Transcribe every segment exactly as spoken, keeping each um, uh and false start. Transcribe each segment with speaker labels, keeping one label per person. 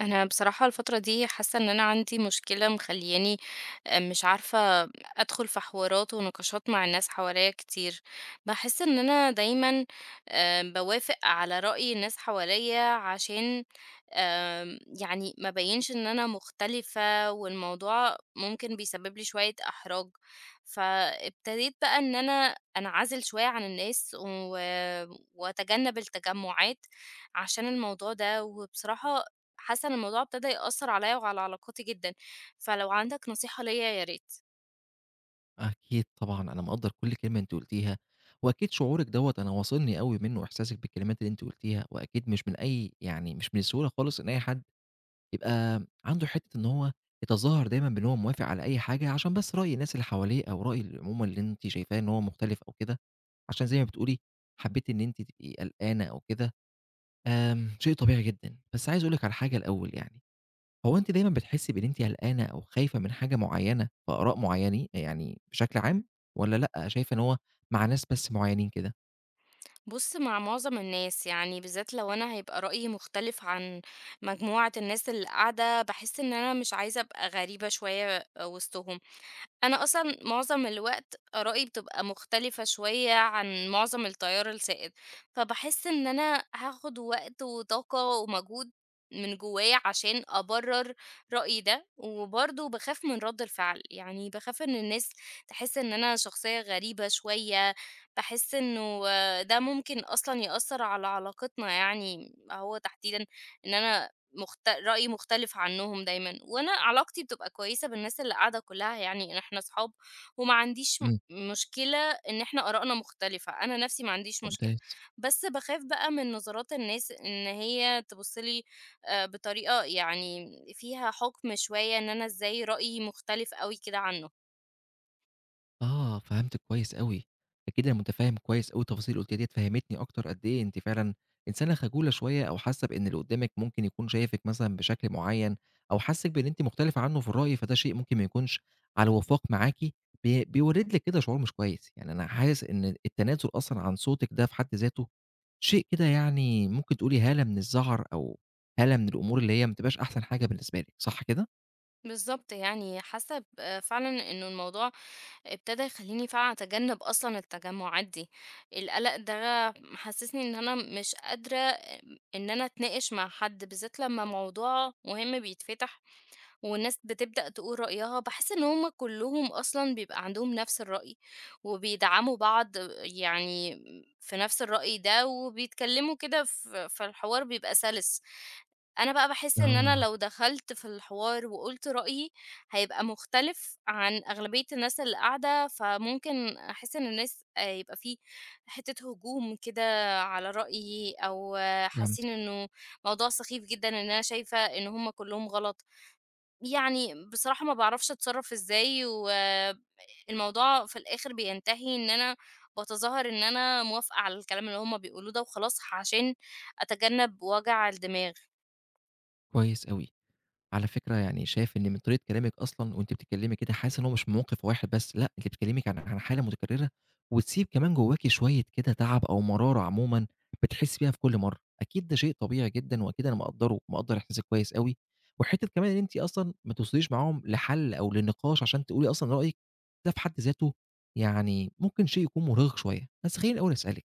Speaker 1: انا بصراحة الفترة دي حاسة ان انا عندي مشكلة مخلياني، آه، مش عارفة ادخل في حوارات ونقاشات مع الناس حواليا كتير. بحس ان انا دايما آه، بوافق على رأي الناس حواليا عشان آم، يعني ما بينش ان انا مختلفة، والموضوع ممكن بيسبب لي شوية احراج. فابتديت بقى ان انا انعزل شوية عن الناس و... واتجنب التجمعات عشان الموضوع ده. وبصراحة حاسة إن الموضوع ابتدى يأثر عليَّ وعلى علاقاتي جدًا، فلو عندك نصيحة ليّا يا ريت.
Speaker 2: أكيد طبعًا، أنا مقدّر كل كلمة أنتِ قُلتيها، وأكيد شعورِك دوّة أنا واصلني أوي منه إحساسِك بالكلمات اللي أنتِ قُلتيها، وأكيد مش من أي يعني مش من السهولة خالص إن أي حد يبقى عنده حتّة إن هو يتظاهر دايمًا بإن هو موافق على أي حاجة عشان بس رأي الناس اللي حواليه أو رأي ال عمومًا اللي أنتِ شايفاه إن هو مختلف أو كده، عشان زي ما بتقولي حبّيتِ إن أنتِ تبقي قلقانة أو كده، آمم، شيء طبيعي جدًا. بس عايز أقول لِك على حاجة الأول يعني، هو أنتِ دايمًا بتحسّي بإن أنتِ قلقانة أو خايفة من حاجة معيّنة في آراء معيّنين يعني بشكل عام والّا لأ، شايفة إن هو مع ناس بس معيّنين كده؟
Speaker 1: بُص، مع معظم الناس، يعني بالذات لو أنا هيبقى رأيي مختلف عن مجموعة الناس اللي قاعدة، باحس إن أنا مش عايزة أبقى غريبة شوية وسطهم. أنا أصلًا معظم الوقت آرائي بتبقى مختلفة شوية عن معظم التيار السائد، فباحس إن أنا هاخد وقت وطاقة ومجهود من جوايا عشان أبرر رأيي ده، وبرضه باخاف من رد الفعل، يعني باخاف إن الناس تحس إن أنا شخصية غريبة شوية. باحس إنه آه، ده ممكن أصلًا يأثر على علاقتنا، يعني هو تحديدًا إن أنا مخت رأي مختلف عنهم دايمًا، وأنا علاقتي بتبقى كويسة بالناس اللي قاعدة كلّها، يعني إن إحنا أصحاب، وما عنديش م
Speaker 2: إمم،
Speaker 1: مشكلة إن إحنا آرائنا مختلفة. أنا نَفْسي ما عنديش مشكلة،
Speaker 2: ممتاز.
Speaker 1: بس باخاف بقى من نظرات الناس إن هي تبُص لي آآ بطريقة يعني فيها حُكم شوية، إن أنا إزاي رأيي مختلف أوي كده عنّه.
Speaker 2: آه، فهمتِك كويس أوي، أكيد أنا متفهم كويس أوي التفاصيل اللي قُلتيها ديّة، فهمتني أكتر قد إيه أنتِ فعلًا إنسانة خجولة شوية، أو حاسة بإن اللي قدامِك ممكن يكون شايفِك مثلًا بشكل معيّن، أو حاسِك بإن أنتِ مختلفة عنه في الرأي، فده شيء ممكن ما يكونش على وفاق معاكِ، بي بيولد لِك كده شعور مش كويس، يعني أنا حاسس إن التنازل أصلًا عن صوتِك ده في حد ذاته شيء كده يعني ممكن تقولي هالة من الزعر، أو هالة من الأمور اللي هي ما بتبقاش أحسن حاجة بالنسبة لِك، صح كده؟
Speaker 1: بالضبط، يعني حاسّة ب فعلًا إنه الموضوع ابتدى يخلّيني فعلًا أتجنب أصلًا التجمعات دي. القلق ده محسسني إن أنا مش قادرة، آمم، إن أنا أتناقش مع حد، بالذات لمّا موضوع مهم بيتفتح والناس بتبدأ تقول رأيها. باحس إن هُم كلّهم أصلًا بيبقى عندهم نفس الرأي، وبيدعموا بعض يعني في نفس الرأي ده، وبيتكلموا كده، ف فالحوار بيبقى سَلِس. أنا بقى باحس إن أنا
Speaker 2: آه،
Speaker 1: لو دخلت في الحوار وقُلت رأيي، هيبقى مختلف عن أغلبية الناس اللي قاعدة، فممكن أحس إن الناس آآ يبقى في حتّة هجوم كده على رأيي، أو آه، حاسين
Speaker 2: فهمتِك
Speaker 1: إنه موضوع سخيف جدًا، إن أنا شايفة إن هم كلّهم غلط. يعني بصراحة ما باعرفش أتصرّف إزاي، والموضوع في الآخر بينتهي إن أنا باتظاهر إن أنا موافقة على الكلام اللي هم بيقولوه ده وخلاص، عشان أتجنب وجع الدماغ.
Speaker 2: كويس أوي. على فكرة يعني شايف إن من طريقة كلامِك أصلًا وأنتِ بتتكلمي كده حاسس إن هو مش موقف واحد بس، لأ أنتِ بتتكلمي عن عن حالة متكررة، وتسيب كمان جواكِ شوية كده تعب أو مرارة عمومًا بتحسي بيها في كل مرة، أكيد ده شيء طبيعي جدًا وأكيد أنا مقدّره، مقدّر إحساسِك كويس أوي، وحتة كمان إن أنتِ أصلًا ما توصليش معاهم لحل أو لنقاش عشان تقولي أصلًا رأيِك، ده في حد ذاته يعني ممكن شيء يكون مُرهق شوية، بس خلّيني الأول أسألِك،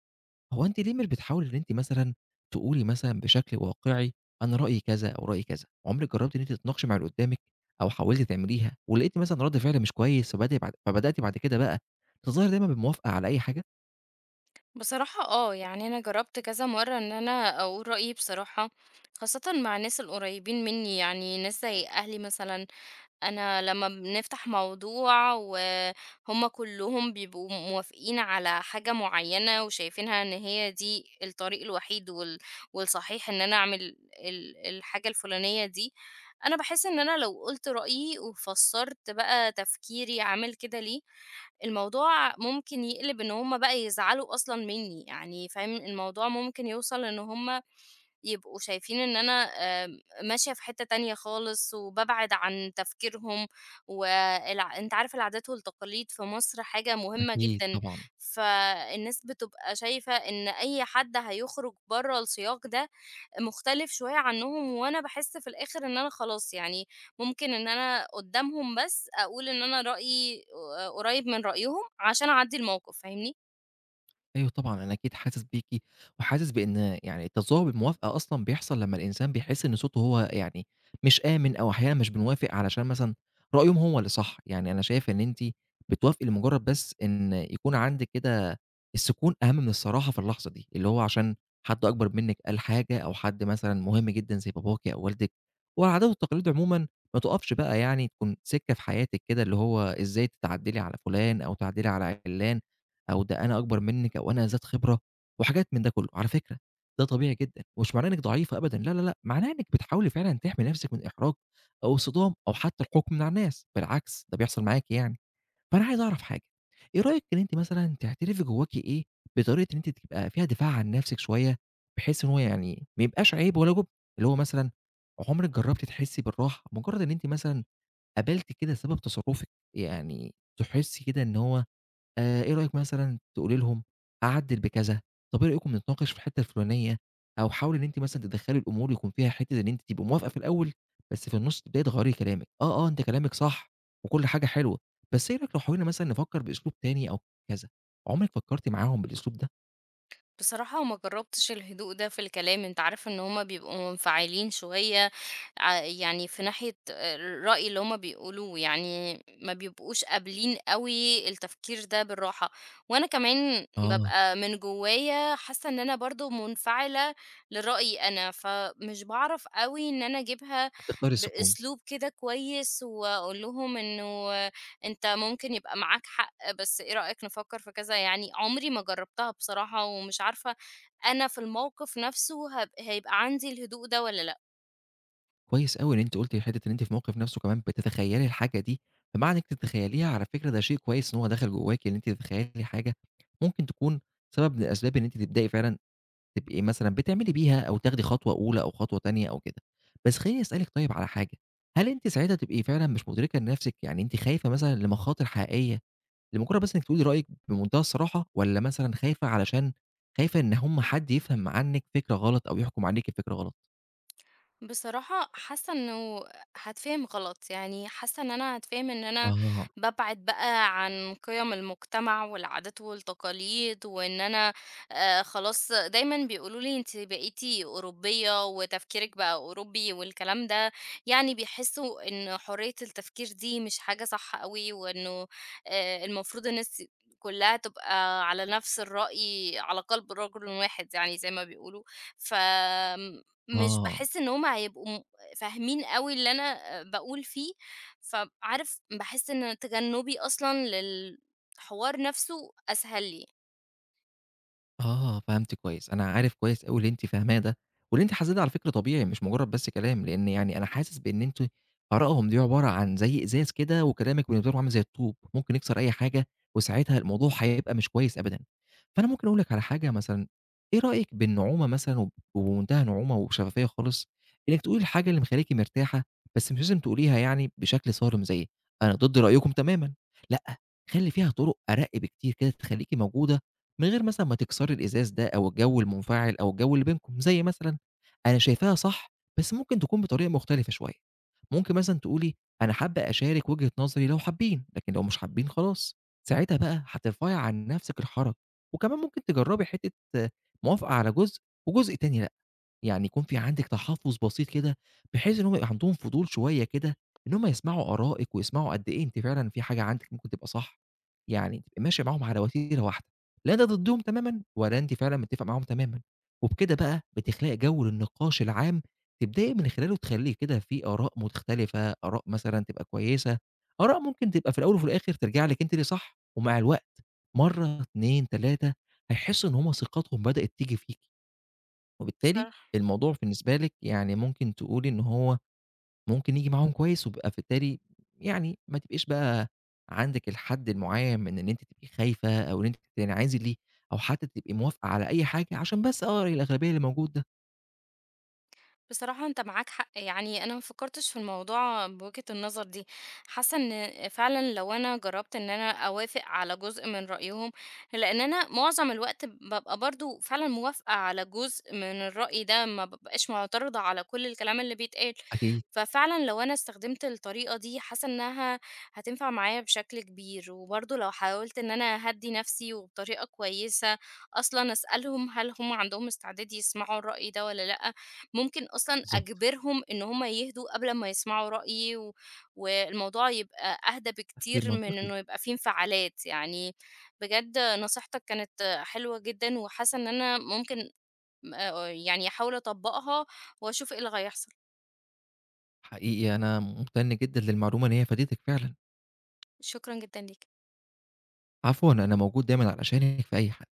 Speaker 2: هو أنتِ ليه مش بتحاولي إن أنتِ مثلًا تقولي مثلًا بشكل واقعي أنا رأيي كذا أو رأيي كذا، عمرِك جربتِ إن أنتِ تتناقشي مع اللي قدامِك أو حاولتِ تعمليها ولقيتِ مثلًا رد فعل مش كويس فبدأ بعد فبدأتِ بعد كده بقى تظاهري دايمًا بالموافقة على أي حاجة؟
Speaker 1: بصراحة اه، يعني انا جربت كذا مرة ان انا اقول رأيي بصراحة، خاصة مع الناس القريبين مني، يعني ناس زي اهلي مثلا. أنا لمّا بنفتح موضوع وهُم كلّهم بيبقوا موافقين على حاجة معيّنة وشايفينها إن هي دي الطريق الوحيد وال والصحيح إن أنا أعمل ال الحاجة الفُلانية دي، أنا باحس إن أنا لو قُلت رأيي وفسّرت بقى تفكيري عامل كده ليه، الموضوع ممكن يقلب إن هُم بقى يزعلوا أصلًا منّي، يعني فاهم، الموضوع ممكن يوصل إن هُم يبقوا شايفين إن أنا آمم، ماشية في حتّة تانية خالص، وبابعد عن تفكيرهم. والع أنت عارف العادات والتقاليد في مصر حاجة مهمة
Speaker 2: أكيد
Speaker 1: جدًا،
Speaker 2: طبعًا.
Speaker 1: فالناس بتبقى شايفة إن أي حد هيخرج برّه السياق ده مختلف شوية عنهم. وأنا باحس في الآخر إن أنا خلاص يعني ممكن إن أنا قدّامهم بس أقول إن أنا رأيي آآ، قريب من رأيهم عشان أعدّي الموقف، فاهمني؟
Speaker 2: أيوه طبعًا، أنا أكيد حاسس بيكِ، وحاسس بإن يعني التذوق بالموافقة أصلًا بيحصل لمّا الإنسان بيحس إن صوته هو يعني مش آمن، أو أحيانًا مش بنوافق علشان مثلًا رأيهم هو اللي صح، يعني أنا شايف إن أنتِ بتوافقي لمجرد بس إن يكون عندِك كده السكون أهم من الصراحة في اللحظة دي، اللي هو عشان حد أكبر منِك قال حاجة، أو حد مثلًا مهم جدًا زي باباكِ أو والدِك، والعادات والتقاليد عمومًا ما تُقفش بقى يعني تكون سِكة في حياتِك كده، اللي هو إزاي تعدّلي على فلان أو تعدّلي على عِلّان، أو ده أنا أكبر منِّك أو أنا ذات خبرة وحاجات من ده كُلّه، على فكرة ده طبيعي جدًا ومش معناه إنِّك ضعيفة أبدًا، لا، لا، لأ، معناه إنِّك بتحاولي فعلًا تحمي نَفْسِك من إحراج أو الصدام أو حتّى الحُكم من على الناس، بالعكس ده بيحصل معاكِ يعني. فأنا عايز أعرف حاجة، إيه رأيِك إن أنتِ مثلًا تعترفي جوّاكِ إيه بطريقة إن أنتِ تبقى فيها دفاع عن نَفْسِك شوية، بحيث إن هو يعني ما يبقاش عيب ولا جُبن، اللي هو مثلًا عُمرِك جرّبتِ تحسّي بالراحة مجرّد إن أنتِ مثلًا قابلتِ كده سبب تصرُّفِك، يعني تحسّي كده إن هو آآ، إيه رأيِك مثلًا تقولي لهم أعدِّل بكذا، طب إيه رأيكم نتناقش في الحتة الفلانية، أو حاولي إن أنتِ مثلًا تدخّلي الأمور يكون فيها حتة إن أنتِ تبقي موافقة في الأول، بس في النُص تبدئي تغيّري كلامِك، آه، آه، أنتِ كلامِك صح وكل حاجة حلوة، بس إيه رأيِك لو حاولنا مثلًا نفكّر بأسلوب تاني أو كذا، عُمرِك فكّرتِ معاهم بالأسلوب ده؟
Speaker 1: بصراحة ما جربتش الهدوء ده في الكلام. انت عارف ان هما بيبقوا منفعلين شوية ع- يعني في ناحية الرأي اللي هما بيقولوه، يعني ما بيبقوش قابلين قوي التفكير ده بالراحة. وانا كمان
Speaker 2: آه،
Speaker 1: ببقى من جوايا حاسة ان انا برضو منفعلة لرأيي انا، فمش بعرف قوي ان انا اجيبها
Speaker 2: هتختاري السكون،
Speaker 1: بأسلوب كده كويس واقول لهم انه أنت ممكن يبقى معاك حق، بس إيه رأيك نفكّر في كذا؟ يعني عمري ما جرّبتها بصراحة، ومش عارفة أنا في الموقف نَفْسه هاب هيبقى عندي الهدوء ده والّا لأ.
Speaker 2: كويس أوي إن أنتِ قُلتِ حتة إن أنتِ في الموقف نَفْسه كمان بتتخيّلي الحاجة دي، فمعنى إنِّك تتخيّليها على فكرة ده شيء كويس إن هو دخل جوّاكِ إن أنتِ تتخيّلي حاجة ممكن تكون سبب من أسباب إن أنتِ تبدئي فعلًا تبقي مثلًا بتعملي بيها أو تاخدي خطوة أولى أو خطوة تانية أو كده. بس خلّيني أسألِك طيب على حاجة، هل أنتِ ساعتها تبقي فعلًا مش مدركة لنفسِك، يعني أنتِ خايفة مثلًا لمخاطر حقيقية لمجرد بس إنِّك تقولي رأيِك بمنتهى الصراحة، والّا مثلًا خايفة علشان خايفة إن هم حد يفهم عنِّك فكرة غلط أو يحكم عليكِ بفكرة غلط؟
Speaker 1: بصراحة حاسة انه هتفهم غلط، يعني حاسة ان انا هتفهم ان انا
Speaker 2: آه،
Speaker 1: ببعد بقى عن قيم المجتمع والعادات والتقاليد، وان انا آه خلاص، دايما بيقولوا لي انت بقيتي أوروبية وتفكيرك بقى أوروبي والكلام ده، يعني بيحسوا ان حرية التفكير دي مش حاجة صح قوي، وانه آه المفروض الناس كلها تبقى على نفس الرأي، على قلب رجل واحد يعني زي ما بيقولوا. ف مش
Speaker 2: آه.
Speaker 1: باحس إن هُم هيبقوا م فاهمين أوي اللي أنا باقول فيه، فعارف باحس إن تجنُّبي أصلًا للحوار نَفْسه أسهل لي
Speaker 2: آه، فهمت كويس، أنا عارف كويس أوي اللي أنتِ فاهماه ده، واللي أنتِ حاسّاه ده على فكرة طبيعي مش مجرّد بس كلام، لإن يعني أنا حاسس بإن أنتم آرائهم دي عبارة عن زي إزاز كده وكلامِك بالنسبة لهم عامل زي الطوب، ممكن يكسر أي حاجة وساعتها الموضوع هيبقى مش كويس أبدًا، فأنا ممكن أقول لِك على حاجة مثلًا، إيه رأيِك بالنعومة مثلًا وب وبمنتهى نعومة وشفافية خالص، إنِّك تقولي الحاجة اللي مخلّياكِ مرتاحة، بس مش لازم تقوليها يعني بشكل صارم زي أنا ضد رأيكم تمامًا، لأ، خلّي فيها طُرق أرَق بكتير كده تخلّيكِ موجودة من غير مثلًا ما تكسري الإزاز ده أو الجو المنفعل أو الجو اللي بينكم، زي مثلًا أنا شايفاها صح، بس ممكن تكون بطريقة مختلفة شوية. ممكن مثلًا تقولي أنا حابة أشارك وجهة نظري لو حابين، لكن لو مش حابين خلاص. ساعتها بقى هترفعي عن نفسِك الحرج، وكمان ممكن تجربي حتة آه، موافقة على جزء وجزء تاني لأ. يعني يكون في عندِك تحفُّظ بسيط كده، بحيث إن هُم يبقى عندهم فضول شوية كده إن هُم يسمعوا آرائِك ويسمعوا قد إيه أنتِ فعلًا في حاجة عندِك ممكن تبقى صح، يعني تبقي ماشية معاهم على وتيرة واحدة، لا أنتِ ضدّهم تمامًا ولا أنتِ فعلًا متّفقة معاهم تمامًا، وبكده بقى بتخلقي جو للنقاش العام تبدئي من خلاله تخلّي كده في آراء مختلفة، آراء مثلًا تبقى كويسة، آراء ممكن تبقى في الأول وفي الآخِر ترجع لِك أنتِ اللي صح، ومع الوقت مرّة، اتنين، تلاتة هيحسّوا إن هُم ثقتهم بدأت تيجي فيكِ. وبالتالي
Speaker 1: بصراحة.
Speaker 2: الموضوع بالنسبة لِك يعني ممكن تقولي إن هو ممكن ييجي معاهم كويس، وبيبقى فبالتالي يعني ما تبقيش بقى عندِك الحد المعيّن من إن أنتِ تبقي خايفة أو إن أنتِ تنعزلي أو حتى تبقي موافقة على أي حاجة عشان بس آرَء الأغلبية اللي موجود ده.
Speaker 1: بصراحة انت معاك حق، يعني انا ما فكرتش في الموضوع بوجهة النظر دي. حاسة ان فعلا لو انا جربت ان انا اوافق على جزء من رأيهم، لان انا معظم الوقت ببقى برضو فعلا موافقة على جزء من الرأي ده، ما ببقاش معترضة على كل الكلام اللي بيتقال.
Speaker 2: أكيد،
Speaker 1: ففعلا لو انا استخدمت الطريقة دي حاسة انها هتنفع معايا بشكل كبير، وبرضو لو حاولت ان انا اهدي نفسي وبطريقة كويسة اصلا اسألهم هل هم عندهم استعداد يسمعوا الرأي ده ولا لأ، ممكن أصلًا
Speaker 2: بالضبط.
Speaker 1: أجبرهم إن هم يهدوا قبل ما يسمعوا رأيي، و والموضوع يبقى أهدى
Speaker 2: تفكير
Speaker 1: بكتير من
Speaker 2: منطقي.
Speaker 1: إنه يبقى في انفعالات. يعني بجد نصيحتك كانت حلوة جدًا، وحاسة إن أنا ممكن م آآ يعني أحاول أطبّقها وأشوف إيه اللي هيحصل.
Speaker 2: حقيقي أنا ممتن جدًا للمعلومة إن هي فادتِك فعلًا.
Speaker 1: شكرًا جدًا ليك.
Speaker 2: عفوًا، أنا موجود دايمًا علشانِك في أي حاجة.